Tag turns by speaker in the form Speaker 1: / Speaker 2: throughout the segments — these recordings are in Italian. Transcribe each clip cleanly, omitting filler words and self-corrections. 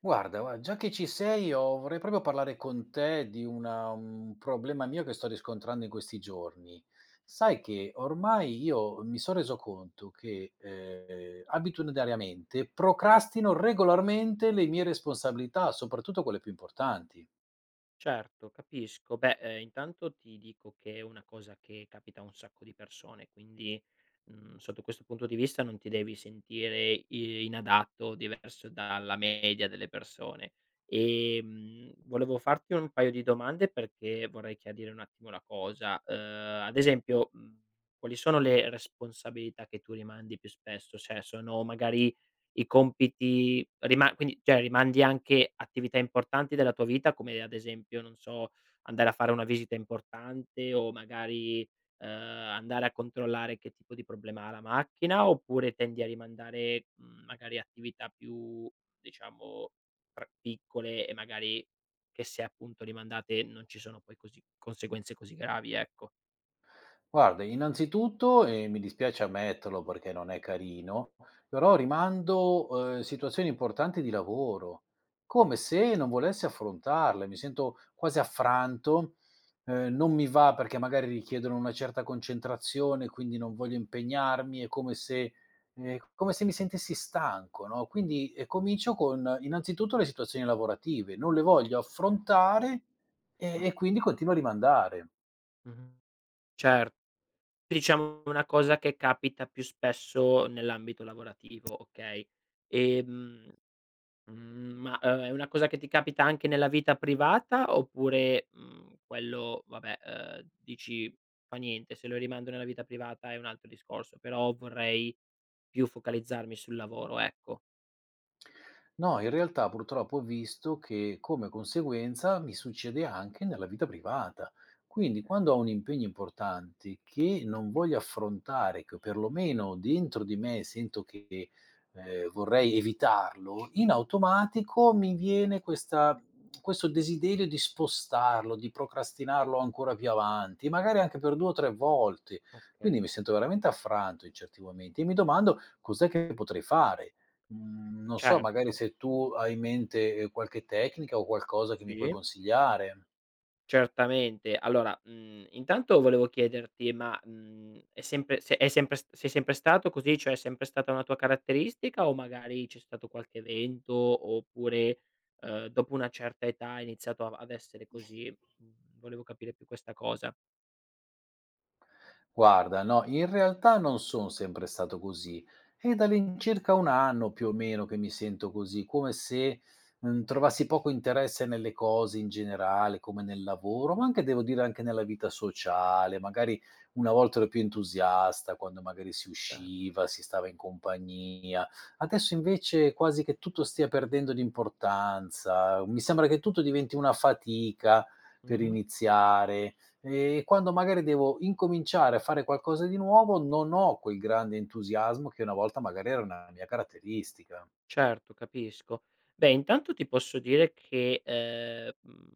Speaker 1: Guarda, gua già che ci sei, ho vorrei proprio parlare con te di una un problema mio che sto riscontrando in questi giorni. Sai che ormai io mi son reso conto che, abitudinariamente procrastino regolarmente le mie responsabilità, soprattutto quelle più importanti.
Speaker 2: Certo, capisco. Beh, intanto ti dico che è una cosa che capita a un sacco di persone, quindi, sotto questo punto di vista non ti devi sentire i inadatto o diverso dalla media delle persone. Volevo farti un paio di domande perché vorrei chiarire un attimo la cosa. Ad esempio, quali sono le responsabilità che tu rimandi più spesso? Cioè sono magari i compiti rima quindi cioè rimandi anche attività importanti della tua vita come ad esempio, non so, andare a fare una visita importante o magari, andare a controllare che tipo di problema ha la macchina, oppure tendi a rimandare, magari attività più diciamo tra piccole e magari che se appunto rimandate non ci sono poi così conseguenze così gravi, ecco.
Speaker 1: Guarda, innanzitutto, e mi dispiace ammetterlo perché non è carino, però rimando, situazioni importanti di lavoro, come
Speaker 2: Okay.
Speaker 1: se non volessi affrontarle. Mi sento quasi affranto, non mi va perché magari richiedono una certa concentrazione, quindi non voglio impegnarmi, è come se mi sentissi stanco, no, quindi, comincio con innanzitutto le situazioni lavorative, non le voglio affrontare e quindi continuo a rimandare.
Speaker 2: Mh-mh. Cer Diciamo una cosa che capita più spesso nell'ambito lavorativo, okay, ehm, ma, è una cosa che ti capita anche nella vita privata oppure, quello vabbè, dici: "Fa niente, se lo rimando nella vita privata è un altro discorso, però vorrei più focalizzarmi sul lavoro", ecco.
Speaker 1: No, in realtà purtroppo ho visto che come conseguenza mi succede anche nella vita privata. Quindi
Speaker 2: Okay,
Speaker 1: quando ho un impegno importante che non voglio affrontare, che perlomeno dentro di me sento che vorrei evitarlo, in automatico mi viene questo desiderio di spostarlo, di procrastinarlo ancora più avanti, magari anche per due o tre volte. Quindi mi
Speaker 2: okay.
Speaker 1: sento veramente affranto in certi momenti e mi domando cos'è che potrei fare. Non so,
Speaker 2: Certo,
Speaker 1: magari se tu hai in mente, qualche tecnica o qualcosa che mi puoi
Speaker 2: sì.
Speaker 1: consigliare.
Speaker 2: Certamente. Allora, intanto volevo chiederti, ma, è sempre se è sempre s sei sempre stato così, cioè è sempre stata una tua caratteristica o magari c'è stato qualche evento oppure, dopo una certa età hai iniziato a ad essere così? Volevo capire più questa cosa.
Speaker 1: Guarda, no, in realtà non son sempre stato così. È dall'incirca 1 anno più o meno che mi sento così, come se, trovassi poco interesse nelle cose in generale, come nel lavoro, ma anche devo dire anche nella vita sociale. Magari una volta ero più entusiasta quando magari si
Speaker 2: Certo.
Speaker 1: usciva, si stava in compagnia. Adesso invece quasi che tutto stia perdendo di importanza. Mi sembra che tutto diventi una fatica per
Speaker 2: Mh-mh.
Speaker 1: iniziare, e quando magari devo incominciare a fare qualcosa di nuovo, non ho quel grande entusiasmo che una volta magari era una mia caratteristica.
Speaker 2: Certo, capisco. Beh, intanto ti posso dire che,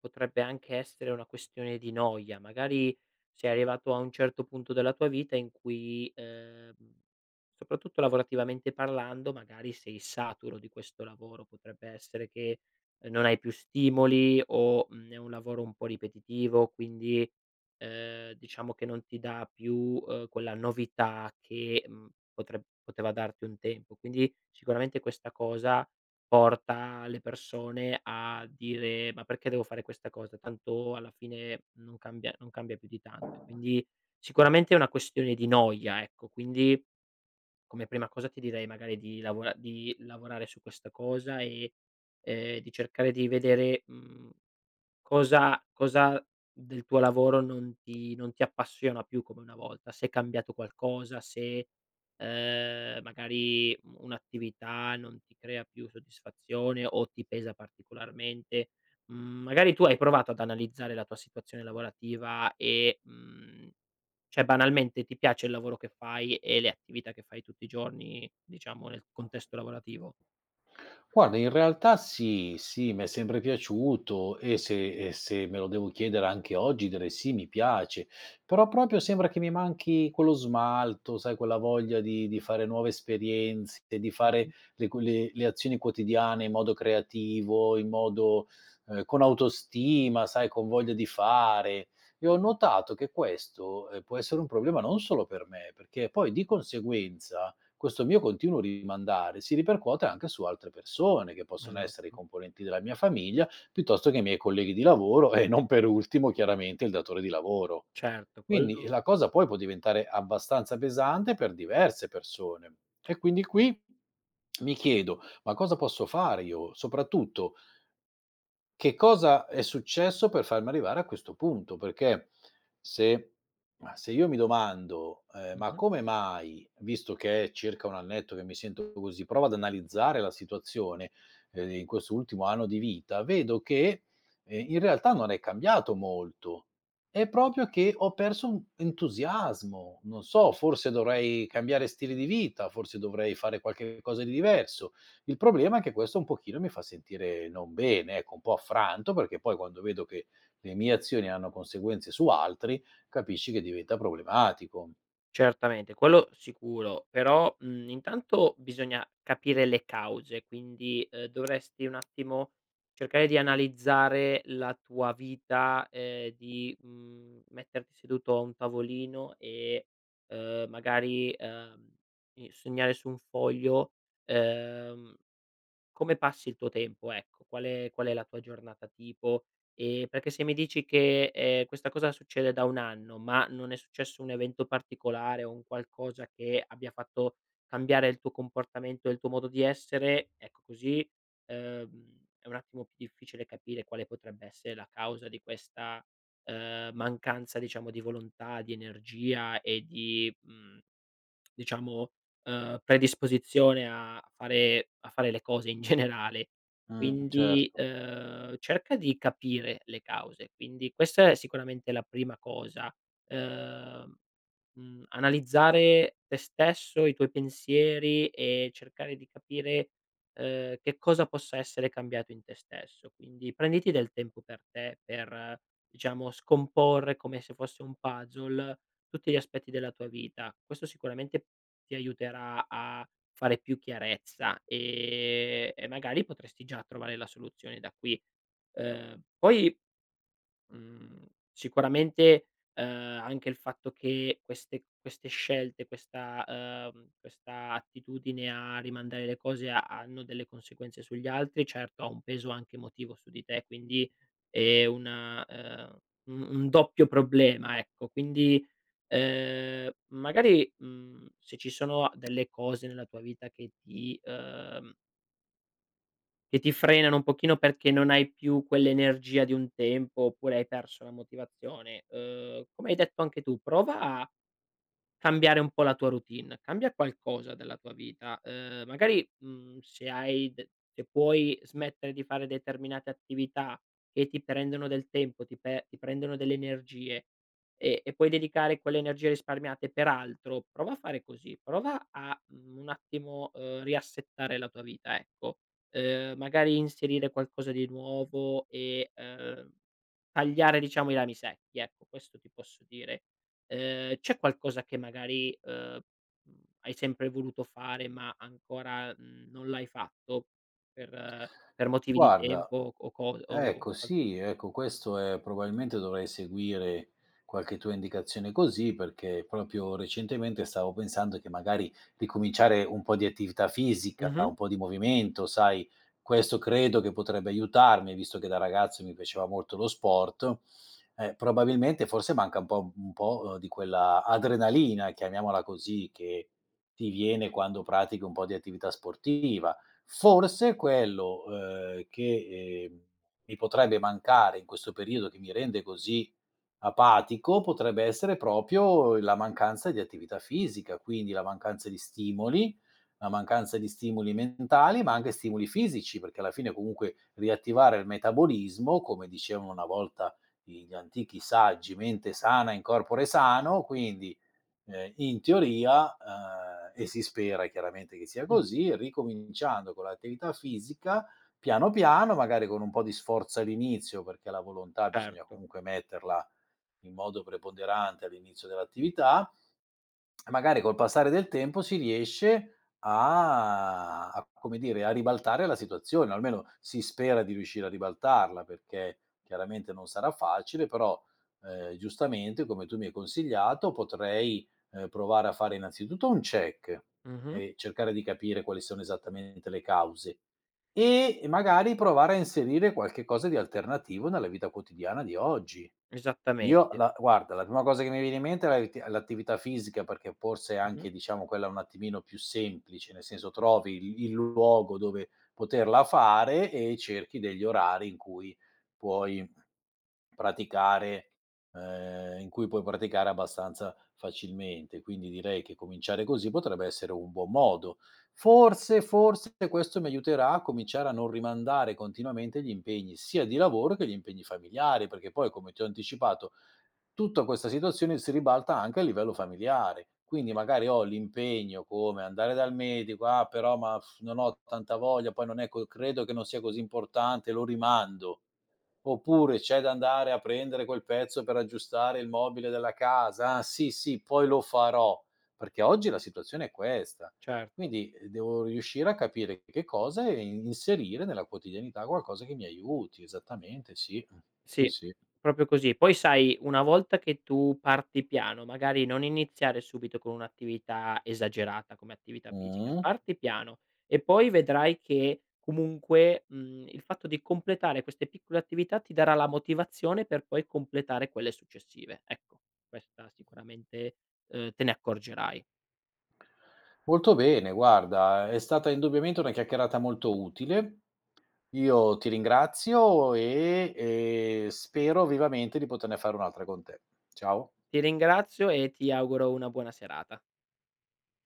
Speaker 2: potrebbe anche essere una questione di noia. Magari sei arrivato a un certo punto della tua vita in cui, soprattutto lavorativamente parlando, magari sei saturo di questo lavoro. Potrebbe essere che, non hai più stimoli o, è un lavoro un po' ripetitivo, quindi diciamo che non ti dà più, quella novità che, mhmm, potre poteva darti un tempo. Quindi sicuramente questa cosa porta le persone a dire: "Ma perché devo fare questa cosa? Tanto alla fine non cambia più di tanto". Quindi sicuramente è una questione di noia, ecco. Quindi come prima cosa ti direi magari di lavorare su questa cosa e, di cercare di vedere, mhmm cosa del tuo lavoro non ti appassiona più come una volta? Se è cambiato qualcosa, se, magari un'attività non ti crea più soddisfazione o ti pesa particolarmente. Magari tu hai provato ad analizzare la tua situazione lavorativa e, cioè banalmente ti piace il lavoro che fai e le attività che fai tutti i giorni, diciamo nel contesto lavorativo?
Speaker 1: Guarda, in realtà sì, sì, mi è sempre piaciuto e se me lo devo chiedere anche oggi direi: "Sì, mi piace", però proprio sembra che mi manchi quello smalto, sai, quella voglia di fare nuove esperienze, di fare
Speaker 2: Mh-mh.
Speaker 1: le co le azioni quotidiane in modo creativo, in modo con autostima, sai, con voglia di fare. E ho notato che questo, può essere un problema non solo per me, perché poi di conseguenza questo mio continuo rimandare si ripercuote anche su altre persone, che possono essere i
Speaker 2: Esatto.
Speaker 1: componenti della mia famiglia, piuttosto che i miei colleghi di lavoro e non per ultimo, chiaramente, il datore di lavoro.
Speaker 2: Certo, sì.
Speaker 1: Quindi
Speaker 2: Quello
Speaker 1: la cosa poi può diventare abbastanza pesante per diverse persone. E quindi qui mi chiedo, ma cosa posso fare io? Soprattutto che cosa è successo per farmi arrivare a questo punto? Perché se ma se io mi domando: "Ma
Speaker 2: mh-mh.
Speaker 1: come mai", visto che è circa 1 annetto che mi sento così, provo ad analizzare la situazione, in questo ultimo anno di vita, vedo che, in realtà non è cambiato molto. È proprio che ho perso un entusiasmo. Non so, forse dovrei cambiare stile di vita, forse dovrei fare qualche cosa di diverso. Il problema è che questo un pochino mi fa sentire non bene, ecco, un po' affranto, perché poi quando vedo che le mie azioni hanno conseguenze su altri, capisci che diventa problematico.
Speaker 2: Certamente, quello sicuro, però, intanto bisogna capire le cause, quindi, dovresti un attimo cercare di analizzare la tua vita, di, metterti seduto a un tavolino e, magari, i segnare su un foglio, ehm come passi il tuo tempo, ecco? Qual è la tua giornata tipo? Perché se mi dici che, questa cosa succede da 1 anno, ma non è successo un evento particolare o un qualcosa che abbia fatto cambiare il tuo comportamento e il tuo modo di essere, ecco così, è un attimo più difficile capire quale potrebbe essere la causa di questa, mancanza diciamo di volontà, di energia e di mhmm diciamo, predisposizione a fare le cose in generale.
Speaker 1: Mh.
Speaker 2: Quindi,
Speaker 1: Certo.
Speaker 2: cerca di capire le cause. Quindi questa è sicuramente la prima cosa. Uhm Analizzare te stesso, i tuoi pensieri e cercare di capire, che cosa possa essere cambiato in te stesso. Quindi prenditi del tempo per te, per diciamo scomporre come se fosse un puzzle tutti gli aspetti della tua vita. Questo sicuramente ti aiuterà a fare più chiarezza, e magari potresti già trovare la soluzione da qui. Poi Mhmm, sicuramente, ehm, anche il fatto che queste scelte, questa attitudine a rimandare le cose ha hanno delle conseguenze sugli altri, certo ha un peso anche emotivo su di te, quindi è una un doppio problema, ecco. Quindi, magari, se ci sono delle cose nella tua vita che ti frenano un pochino perché non hai più quell'energia di un tempo, oppure hai perso la motivazione. Come hai detto anche tu, prova a cambiare un po' la tua routine, cambia qualcosa della tua vita, magari, mhmm, se hai d se puoi smettere di fare determinate attività che ti prendono del tempo, ti prendono delle energie e puoi dedicare quelle energie risparmiate per altro, prova a fare così, prova a, un attimo, riassettare la tua vita, ecco. Magari inserire qualcosa di nuovo e, tagliare diciamo i rami secchi, ecco, questo ti posso dire. C'è qualcosa che magari, hai sempre voluto fare ma ancora, non l'hai fatto per eh, per motivi di
Speaker 1: Guarda
Speaker 2: tempo o co o
Speaker 1: Ecco,
Speaker 2: qual
Speaker 1: sì, ecco, questo è probabilmente dovrei seguire qualche tua indicazione così, perché proprio recentemente stavo pensando che magari ricominciare un po' di attività fisica,
Speaker 2: mh-mh,
Speaker 1: un po' di movimento, sai, questo credo che potrebbe aiutarmi, visto che da ragazzo mi piaceva molto lo sport. Probabilmente forse manca un po' di quella adrenalina, chiamiamola così, che ti viene quando pratichi un po' di attività sportiva. Forse quello eh, che... eh, mi potrebbe mancare in questo periodo che mi rende così apatico, potrebbe essere proprio la mancanza di attività fisica, quindi la mancanza di stimoli, la mancanza di stimoli mentali, ma anche stimoli fisici, perché alla fine comunque riattivare il metabolismo, come dicevano una volta gli antichi saggi, mente sana in corpore sano, quindi in teoria, e si spera chiaramente che sia
Speaker 2: mh,
Speaker 1: così, ricominciando con l'attività fisica, piano piano, magari con un po' di sforzo all'inizio, perché la volontà bisogna
Speaker 2: certo,
Speaker 1: comunque metterla in modo preponderante all'inizio dell'attività. Magari col passare del tempo si riesce a come dire, a ribaltare la situazione, o almeno si spera di riuscire a ribaltarla, perché chiaramente non sarà facile, però, giustamente come tu mi hai consigliato potrei, provare a fare innanzitutto un check
Speaker 2: mh-mh,
Speaker 1: e cercare di capire quali sono esattamente le cause e magari provare a inserire qualche cosa di alternativo nella vita quotidiana di oggi.
Speaker 2: esattamente,
Speaker 1: La prima cosa che mi viene in mente è la vit l'attività fisica, perché forse è
Speaker 2: mh-mh,
Speaker 1: anche, diciamo, quella un attimino più semplice, nel senso trovi il luogo dove poterla fare e cerchi degli orari in cui puoi praticare praticare abbastanza facilmente. Quindi direi che cominciare così potrebbe essere un buon modo. Forse, forse questo mi aiuterà a cominciare a non rimandare continuamente gli impegni sia di lavoro che gli impegni familiari, perché poi, come ti ho anticipato, tutta questa situazione si ribalta anche a livello familiare. Quindi
Speaker 2: e
Speaker 1: magari ho l'impegno come andare dal medico, ah però ma pff, non ho tanta voglia, poi non è, co- credo che non sia così importante, lo rimando. Oppure c'è da andare a prendere quel pezzo per aggiustare il mobile della casa: "Ah, sì, sì, poi lo farò." Perché oggi la situazione è questa.
Speaker 2: certo.
Speaker 1: Quindi, devo riuscire a capire che cosa e in inserire nella quotidianità qualcosa che mi aiuti. Esattamente, sì. Mh. Sì,
Speaker 2: Sì,
Speaker 1: sì.
Speaker 2: proprio così. Poi sai, una volta che tu parti piano, magari non iniziare subito con un'attività esagerata come attività fisica,
Speaker 1: Mh.
Speaker 2: parti piano e poi vedrai che comunque, il fatto di completare queste piccole attività ti darà la motivazione per poi completare quelle successive. Ecco, questa sicuramente, te ne accorgerai.
Speaker 1: Molto bene, guarda, è stata indubbiamente una chiacchierata molto utile. Io ti ringrazio e, spero vivamente di poterne fare un'altra con te. Ciao.
Speaker 2: Ti ringrazio e ti auguro una buona serata.